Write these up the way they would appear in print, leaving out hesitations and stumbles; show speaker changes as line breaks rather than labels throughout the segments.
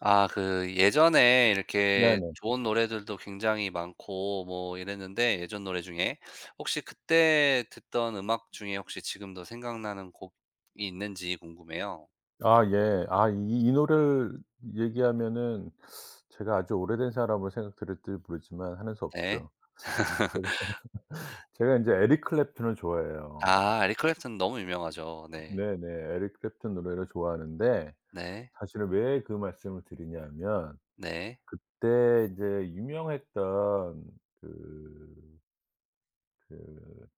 아 그 예전에 이렇게
네네.
좋은 노래들도 굉장히 많고 뭐 이랬는데 예전 노래 중에 혹시 그때 듣던 음악 중에 혹시 지금도 생각나는 곡이 있는지 궁금해요.
아 예. 이 노래를 얘기하면은 제가 아주 오래된 사람으로 생각될지 모르지만 하는 수
네.
없죠. 제가 제가 인제 에릭 클랩튼을 좋아해요.
아 에릭 클랩튼 너무 유명하죠. 네.
네네. 에릭 클랩튼 노래를 좋아하는데
네.
사실은 왜 그 말씀을 드리냐면
네.
그때 이제 유명했던 그 그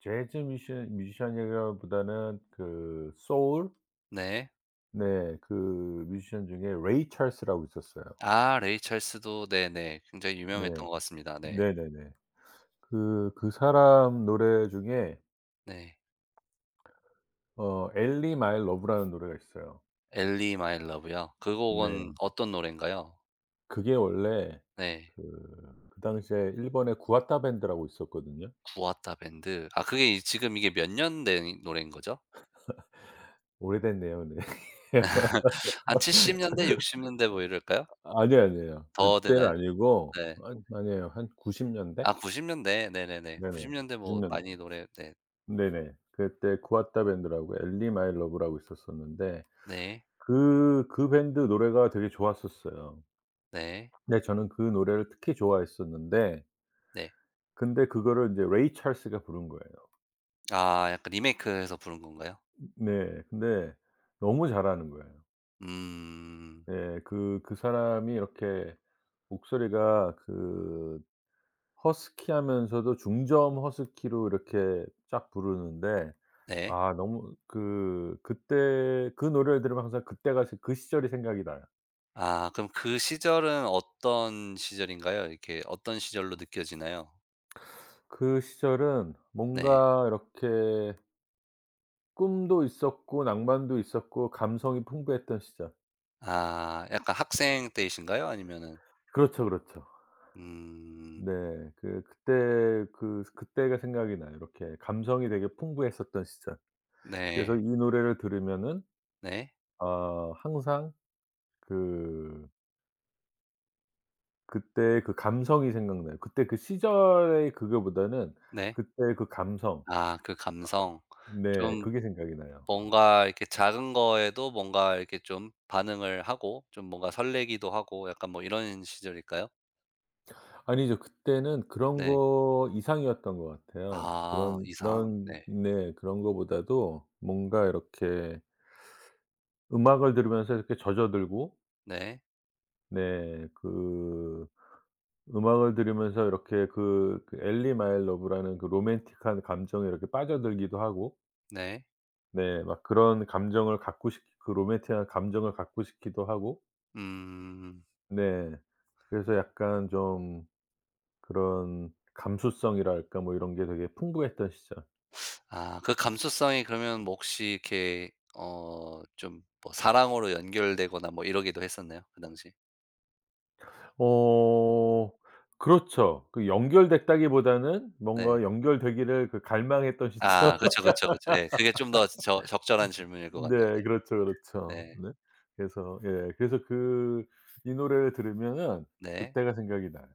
재즈 뮤지션이라기보다는 그 소울?
네.
네. 그 뮤지션 중에 레이 찰스라고 있었어요.
아 레이 찰스도 네네. 굉장히
네.
유명했던 것 같습니다. 네.
네네네. 그 사람 노래 중에
네.
엘리 마이 러브라는 노래가 있어요.
엘리 마이 러브요. 그 곡은
네.
어떤 노래인가요?
그게 원래
네.
그 그 당시에 일본의 구아타 밴드라고 있었거든요.
구아타 밴드. 아 그게 이 지금 이게 몇 년 된 노래인 거죠?
오래됐네요. 네.
한 70년대, 60년대 뭐 이럴까요?
아니에요, 아니에요.
더
그때는
되나요?
아니고
네.
아니에요. 한 90년대 년대?
아 90년대. 네네네.
네네.
90년대
90
뭐
년
많이 노래 네.
대 네네. 그때 구아타 밴드라고 엘리 마이 러브라고 있었었는데
네.
그 밴드 노래가 되게 좋았었어요.
네.
근데 저는 그 노래를 특히 좋아했었는데
네.
근데 그거를 이제 레이 찰스가 부른 거예요.
아 약간 리메이크해서 부른 건가요?
네. 근데 너무 잘하는 거예요.
음.
예. 그 사람이 이렇게 목소리가 그 허스키하면서도 중저음 허스키로 이렇게 쫙 부르는데
네.
아 너무 그 그때 그 노래를 들으면 항상 그때가 시 그 시절이 생각이 나요.
아 그럼 그 시절은 어떤 시절인가요? 이렇게 어떤 시절로 느껴지나요?
그 시절은
네.
뭔가 이렇게 꿈도 있었고 낭만도 있었고 감성이 풍부했던 시절.
아 약간 학생 때이신가요? 아니면은
그렇죠, 그렇죠.
음.
네. 그때 그때가 생각이 나요. 이렇게 감성이 되게 풍부했었던 시절. 그래서 이
네.
노래를 들으면은
네.
아 항상 그 그때의 그 감성이 생각나요. 그때 그 시절의 그거보다는
네.
그때의 그 감성.
아 그 감성.
네.
좀
그게 생각이 나요.
뭔가 이렇게 작은 거에도 뭔가 이렇게 좀 반응을 하고 좀 뭔가 설레기도 하고 약간 뭐 이런 시절일까요?
아니죠. 그때는 그런
네.
거 이상이었던 것 같아요.
아
그런
이상.
그런
네.
네. 그런 거보다도 뭔가 이렇게 음악을 들으면서 이렇게 젖어들고
네.
네. 그 음악을 들으면서 이렇게 그 엘리 마이 러브라는 그 로맨틱한 감정에 이렇게 빠져들기도 하고
네.
네 막 그런 감정을 갖고 싶 그 로맨틱한 감정을 갖고 싶기도 하고
음.
네 그래서 약간 좀 그런 감수성이랄까 뭐 이런 게 되게 풍부했던 시절.
아 그 감수성이 그러면 뭐 혹시 이렇게 어 좀 뭐 사랑으로 연결되거나 뭐 이러기도 했었나요? 그 당시?
어 그렇죠. 그 연결됐다기보다는
네.
뭔가 연결되기를 그 갈망했던
아
시절.
그쵸, 그쵸, 그쵸. 예. 그게 좀 더 적절한 질문일 것 같네요.
네. 그렇죠,
네.
그렇죠.
네.
네. 그래서 예 그래서 그 이 노래를 들으면은
네.
그때가 생각이 나요.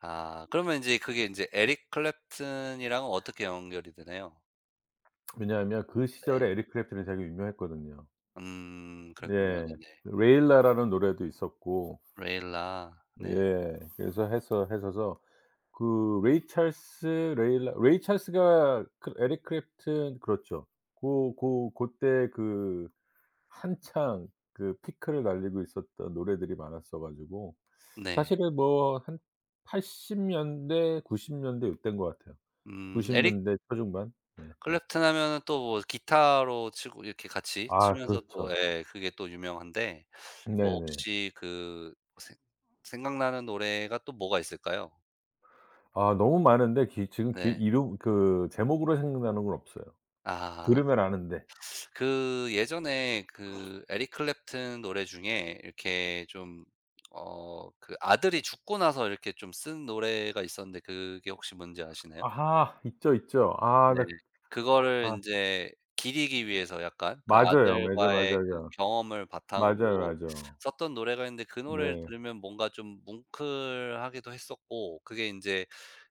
아 그러면 이제 그게 이제 에릭 클랩튼이랑은 어떻게 연결이 되나요?
왜냐하면 그 시절에
네.
에릭 클랩튼이 되게 유명했거든요.
그랬군요.
예.
네네.
레일라라는 노래도 있었고
레일라. 네.
예 그래서 해서 해서서 그 레이 찰스가 그 에릭 클랩튼 그렇죠. 고 고 고때 그 한창 그 피크를 달리고 있었던 노래들이 많았어 가지고
네.
사실은 뭐 한 80 년대 90 년대 요때인 것 같아요. 90
에릭
년대 초중반. 네.
클랩튼 하면은 또 뭐 기타로 치고 이렇게 같이
아
치면서 또
그렇죠.
예 그게 또 유명한데 뭐
네네.
혹시 그 생 생각나는 노래가 또 뭐가 있을까요?
아 너무 많은데 기 지금 기
네.
이름 그 제목으로 생각나는 건 없어요.
아
들으면 아는데.
그 예전에 그 에릭 클랩튼 노래 중에 이렇게 좀 어 그 아들이 죽고 나서 이렇게 좀 쓴 노래가 있었는데 그게 혹시 뭔지 아시나요?
아하. 있죠, 있죠. 아
네.
나
그거를
아
인제 기리기 위해서 약간 그
맞아요. 맞아,
아들과의 그
맞아요.
경험을
맞아요,
바탕으로
맞아요.
썼던 노래가 있는데 그 노래를
네.
들으면 뭔가 좀 뭉클하기도 했었고 그게 인제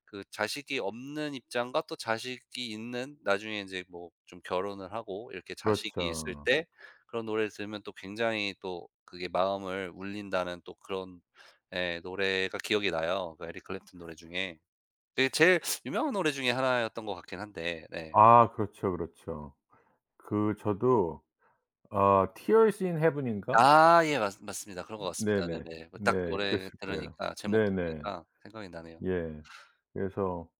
그 자식이 없는 입장과 또 자식이 있는 나중에 인제 뭐 좀 결혼을 하고 이렇게 자식이 있을
그렇죠.
때 그런 노래를 들으면 또 굉장히 또 그게 마음을 울린다는 또 그런 예 노래가 기억이 나요, 그 에릭 클랩튼 노래 중에. 그 제일 유명한 노래 중에 하나였던 것 같긴 한데 네.
아 그렇죠, 그렇죠. 그 저도 아 Tears in Heaven인가?
아 예 맞 맞습니다. 그런 것 같습니다.
네네.
네네. 뭐 딱
네
노래
그랬을 거예요.
들으니까 제목
네네.
들으니까 생각이 나네요.
예. 그래서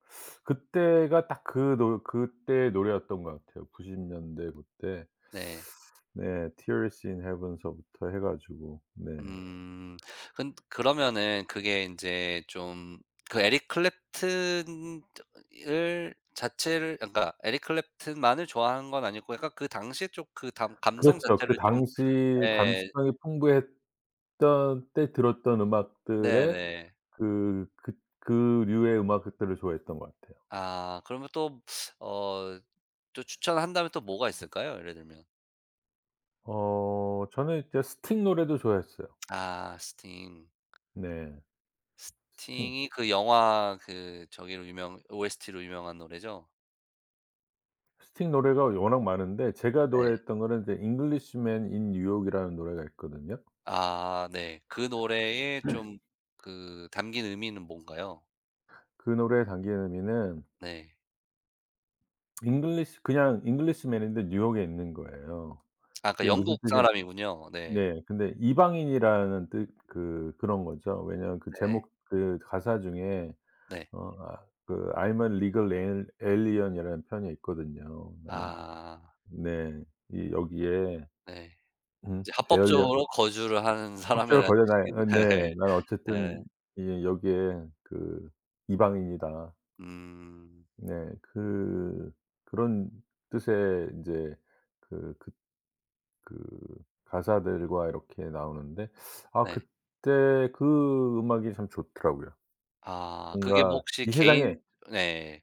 그때가 딱 그 노 그때의 노래였던 것 같아요. 90 년대 그때.
네.
네. Tears in Heaven 서부터 해 가지고 네.
음. 근 그러면은 그게 인제 좀 그 에릭 클랩튼 을 자체를 그러니까 에릭 클랩튼만을 좋아하는 건 아니고 약간 그 당시에 좀 그 감 감성
그렇죠. 그
자체를 좀
당시
예.
감수성이 풍부했던 때 들었던 음악들의
네네.
그 그 그 류의 음악들을 좋아했던 것 같아요.
아 그러면 또 어 또 추천한다면 또 뭐가 있을까요? 예를 들면?
저는 이제 스팅 노래도 좋아했어요.
아 스팅.
네. 스팅
스팅이 그 영화 그 저기로 유명 OST로 유명한 노래죠?
스틱 노래가 워낙 많은데 제가
네.
노래했던 거는 이제 잉글리시맨 인 뉴욕이라는 노래가 있거든요.
아 네. 그 노래에 좀 그 담긴 의미는 뭔가요?
그 노래의 담긴 의미는
네.
잉글리시 그냥 잉글리시맨인데 뉴욕에 있는 거예요.
아 그러니까
그게 무슨
영국
뜻이
사람이군요. 네.
네. 근데 이방인이라는 뜻 그런 거죠. 왜냐하면 그
네.
제목 그 가사 중에
네.
그 "I'm a legal al alien이라는 편이 있거든요. 나는"
아
네. 이 여기에
네.
음.
이제
에얼리언
합법적으로 거주를 하는
협조를
사람이라는
걸려나요?
뜻이긴
네. 난
네. 네.
어쨌든 이 여기에 그 이방인이다.
음
네. 그 그런 뜻의 인제 그 그 그 가사들과 이렇게 나오는데 아
네.
그때 그 음악이 참 좋더라고요.
아 그게 뭐
뭔가
혹시
이 세상에
개인 네.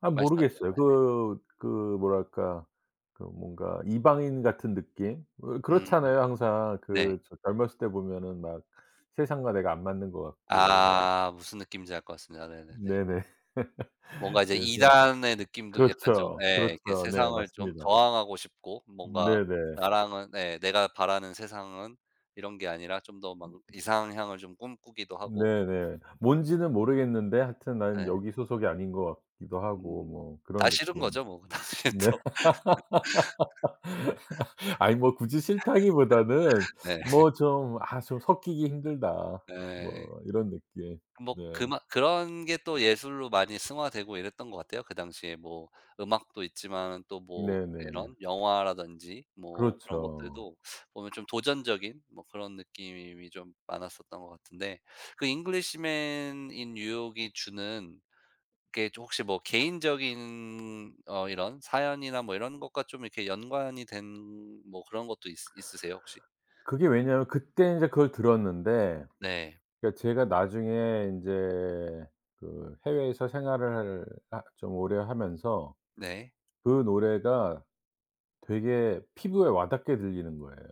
아
말씀하세요.
모르겠어요.
네네.
그 뭐랄까 그 뭔가 이방인 같은 느낌? 왜
음
그렇잖아요. 항상
네.
그 저 젊었을 때 보면은 막 세상과 내가 안 맞는 것 같고
아 무슨 느낌인지 알 것 같습니다. 네네네.
네네.
뭔가 이제
그래서
이단의 느낌도 약간 좀
그렇죠.
예 이렇게
그렇죠. 네
세상을 좀
맞습니다.
저항하고 싶고 뭔가
네네.
나랑은 예 '내가 바라는 세상은 이런 게 아니라 좀 더 막 이상향을 좀 꿈꾸기도 하고.'
네네. 뭔지는 모르겠는데 하여튼 '나는
예.
여기 소속이 아닌 것 같기도 하고.'
음.
뭐
다
그런
싫은
느낌.
거죠 뭐. 사실
네.
또.
아니 뭐 굳이 싫다기보다는
네.
뭐 좀 '아 좀 섞이기 힘들다.'
예.
뭐 이런 느낌.
뭐
네.
그마 그런 게 또 예술로 많이 승화되고 이랬던 것 같아요. 그 당시에 뭐 음악도 있지만 또 뭐
네네.
이런 영화라든지 뭐 그런
그렇죠.
것들도 보면 좀 도전적인 뭐 그런 느낌이 좀 많았었던 것 같은데 그 잉글리시맨 인 뉴욕이 주는 게좀 혹시 뭐 개인적인 어 이런 사연이나 뭐 이런 것과 좀 이렇게 연관이 된 뭐 그런 것도 있 있으세요 혹시?
그게 왜냐하면 그때 이제 그걸 들었는데
네.
그러니까 제가 나중에 인제 그 해외에서 생활을 하 좀 오래 하면서
네.
그 노래가 되게 피부에 와닿게 들리는 거예요.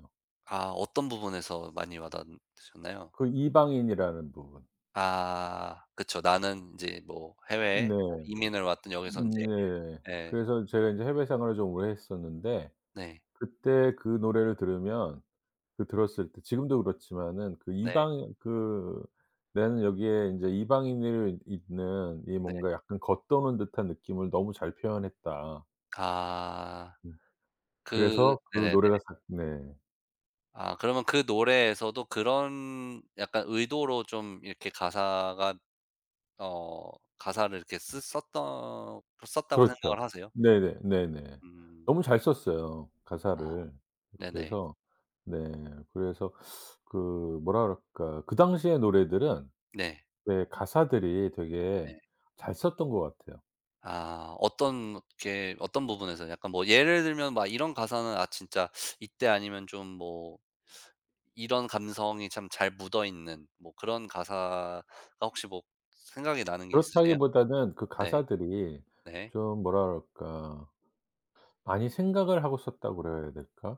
아 어떤 부분에서 많이 와닿으셨나요?
그 이방인이라는 부분.
아 그쵸. 나는 이제 뭐 해외에
네.
뭐 이민을 왔든 여기서 인제
네.
예.
그래서 제가 인제 해외 생활을 좀 오래 했었는데
네.
그때 그 노래를 들으면 그 들었을 때 지금도 그렇지만은 그
네.
이방 그 나는 여기에 인제 이방인으로 있는 이
네.
뭔가 약간 겉도는 듯한 느낌을 너무 잘 표현했다.
아.
음.
그
그래서 그
네네네.
노래가 사 네.
아 그러면 그 노래에서도 그런 약간 의도로 좀 이렇게 가사가 어 가사를 이렇게 쓰 썼던 썼다고
그렇죠.
생각을 하세요?
네네. 네네.
음.
너무 잘 썼어요,
아
가사를.
네네.
그래서 네. 그래서 그 뭐라 그럴까. 그 당시의 노래들은
네.
네 가사들이 되게
네.
잘 썼던 것 같아요.
아 어떤 게 어떤 부분에서 약간 뭐 예를 들면 막 이런 가사는 '아 진짜 이때 아니면 좀뭐 이런 감성이 참 잘 묻어 있는 뭐 그런 가사가 혹시 뭐 생각이 나는 게 있으세요?'
그렇다기보다는 그
네.
가사들이
네.
좀 뭐라 그럴까. 많이 생각을 하고 썼다고 그래야 될까?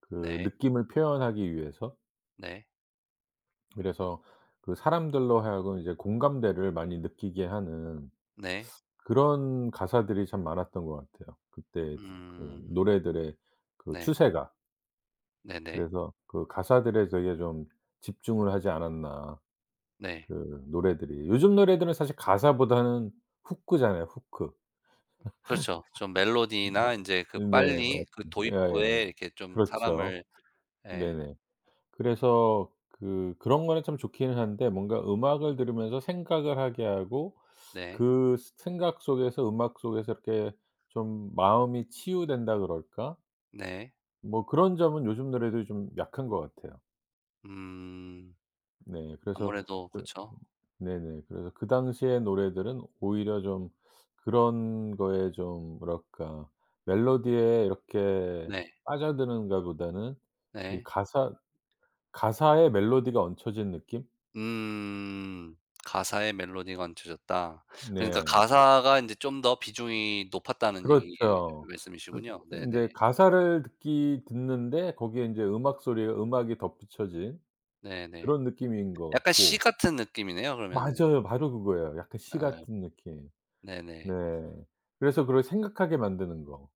그
네.
느낌을 표현하기 위해서.
네.
그래서 그 사람들로 하여금 이제 공감대를 많이 느끼게 하는
네.
그런 가사들이 참 많았던 것 같아요. 그때 그
음.
노래들의 그
네.
추세가.
네네.
그래서 그 가사들에 되게 좀 집중을 하지 않았나
네.
그 노래들이. 요즘 노래들은 사실 가사보다는 후크잖아요, 후크.
그렇죠. 좀 멜로디나 인제 그
네.
빨리
맞습니다.
그 도입부에
예예.
이렇게 좀
그렇죠.
사람을 예.
네네. 그래서 그런 거는 참 좋기는 한데 뭔가 음악을 들으면서 생각을 하게 하고
네.
그 생각 속에서 음악 속에서 이렇게 좀 마음이 치유된다 그럴까?
네.
뭐 그런 점은 요즘 노래도 좀 약한 것 같아요.
음.
네. 그래서
아무래도
그
그쵸.
네네. 그래서 그 당시의 노래들은 오히려 좀 그런 거에 좀 뭐랄까 멜로디에 이렇게
네.
빠져드는가 보다는 이
네.
가사 가사에 멜로디가 얹혀진 느낌?
음. 가사에 멜로디가 얹혀졌다. 그러니까 네.
네.
가사가 인제 좀 더 비중이 높았다는 얘기 예,
그렇죠. 그
말씀이시군요. 네네.
인제 가사를 듣기 듣는데 거기에 인제 음악이 덧붙여진
네네.
그런 느낌인 것
약간 시
같고
같은 느낌이네요 그러면은. 예.
맞아요. 바로 그거예요. 약간 시 같은 느낌. 네.
네네.
그래서 그걸 생각하게 만드는 거.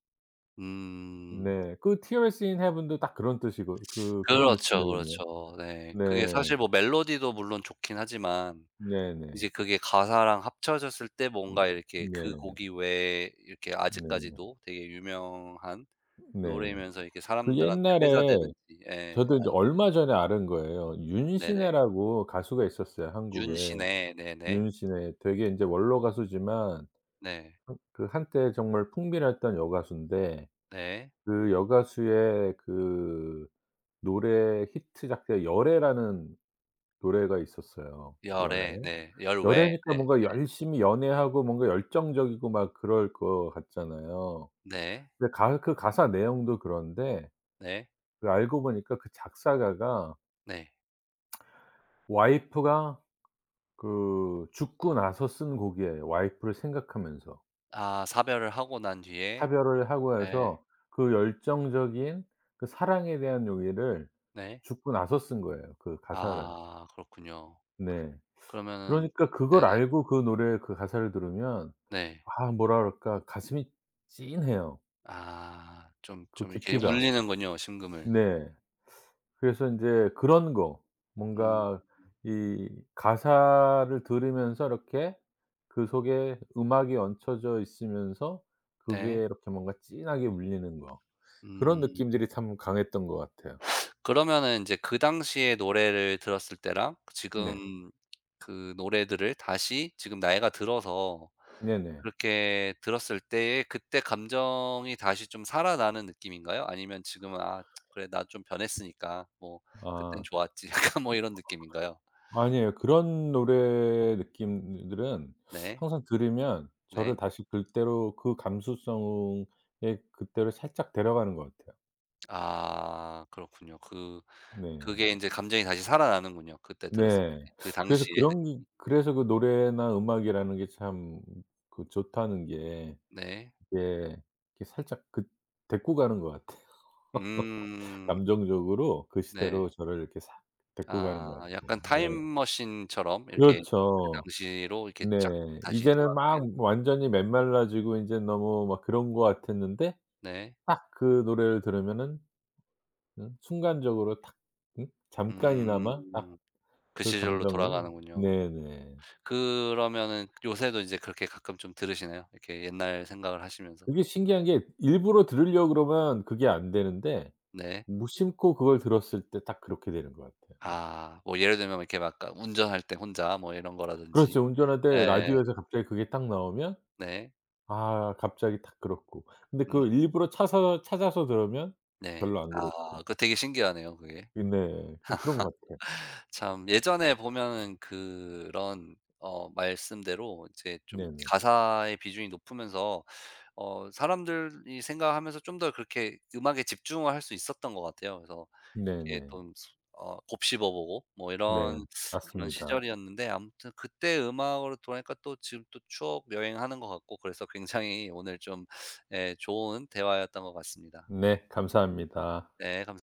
음.
네. 그 Tears in Heaven도 딱 그런 뜻이고 그 그런
그렇죠,
느낌이거든요.
그렇죠. 네. 그게
네.
사실 뭐 멜로디도 물론 좋긴 하지만 이제
네네.
그게 가사랑 합쳐졌을 때
음
뭔가 이렇게 그
네.
곡이 왜 이렇게
네.
아직까지도 되게 유명한
네.
노래면서 이렇게
그
사람들한테
옛날에
회자되는지 예. 아
저도 인제 얼마 전에 알은 거예요.
네네.
윤신혜라고 가수가 있었어요, 한국에.
윤신의 네네.
윤신혜. 되게 인제 원로 가수지만
네.
한 그 한때 정말 풍미했던 여가수인데
네.
그 여가수의 그 노래 히트작 때 열애라는 노래가 있었어요. 열애.
열애 네. 열외
열애니까
네.
뭔가 열심히 연애하고 뭔가 열정적이고 막 그럴 것 같잖아요.
네.
근데 가 그 가사 내용도 그런데
네.
그 알고 보니까 그 작사가가
네.
와이프가 그 죽고 나서 쓴 곡이에요, 와이프를 생각하면서.
아 사별을 하고 난 뒤에
차별을 하고
네.
해서 그 열정적인 그 사랑에 대한 용기를
네.
죽고 나서 쓴 거예요, 그 가사를.
아 그렇군요.
네.
그러면은
그러니까 그걸
네네.
알고 그 노래의 그 가사를 들으면
네.
아 뭐라 그럴까 가슴이 찐해요
아 좀
그
좀 이렇게
깊이가.
울리는군요, 심금을.
네. 그래서 인제 그런 거
음
뭔가 이 가사를 들으면서 이렇게 그 속에 음악이 얹혀져 있으면서 그게
네.
이렇게 뭔가 진하게 울리는 거. 그런
음.
느낌들이 참 강했던 것 같아요.
그러면은 이제 그 당시에 노래를 들었을 때랑
네.
지금 그 노래들을 다시 지금 나이가 들어서
네네.
그렇게 들었을 때의 그때 감정이 다시 좀 살아나는 느낌인가요? 아니면 지금은 '아 그래 나 좀 변했으니까 뭐 그땐
아.
좋았지.' 약간 뭐 이런 느낌인가요?
아니에요. 그런 노래 느낌들은
네.
항상 들으면 저를
네.
다시 그때로 그 감수성에 그때로 살짝 데려가는 것 같아요.
아 그렇군요. 그
네.
그게 인제 감정이 다시 살아나는군요. 그때 들었을 때
네.
그
그래서
당시의
그런 게
느낌이.
그래서 그 노래나 음악이라는 게 참 그 좋다는 게
네.
이게 이렇게 살짝 그 데리고 가는 것 같아요.
음.
감정적으로 그 시대로
네.
저를 이렇게 싹 데리고 가는 것
아
같아요.
약간
네.
타임머신처럼 이렇게 그
그렇죠.
당시로 이렇게
네.
쫙 다시
이제는 막
돌아가는
완전히 메말라지고 인제 너무 막 그런 것 같았는데
네.
딱 그 노래를 들으면은 순간적으로 탁
음.
잠깐이나마 딱
그
그
시절로
감정이
돌아가는군요.
네네.
그러면은 요새도 이제 그렇게 가끔 좀 들으시나요? 이렇게 옛날 생각을 하시면서?
그게 신기한 게 일부러 들으려고 그러면 그게 안 되는데
네.
무심코 그걸 들었을 때 딱 그렇게 되는 것 같아요.
아 뭐 예를 들면 이렇게 막 아 운전할 때 혼자 뭐 이런 거라든지.
그렇죠. 운전할 때
예.
라디오에서 갑자기 그게 딱 나오면
네.
아 갑자기 딱 그렇고. 근데
음
그걸 일부러 차서 찾아서 들으면
네.
별로 안 그렇고.
아 그거 되게 신기하네요 그게.
네. 좀 그런 것 같아요.
참 예전에 보면은 그런 어 말씀대로 이제 좀
네네.
가사의 비중이 높으면서 어 사람들이 생각하면서 좀 더 그렇게 음악에 집중을 할 수 있었던 것 같아요. 그래서 이게
네네.
좀 스 어 곱씹어 보고 뭐
네.
이런 그런
맞습니다.
시절이었는데 아무튼 그때 음악으로 돌아가니까 또 지금 또 추억 여행하는 것 같고 그래서 굉장히 오늘 좀 예 좋은 대화였던 것 같습니다.
네. 감사합니다.
네. 감사합니다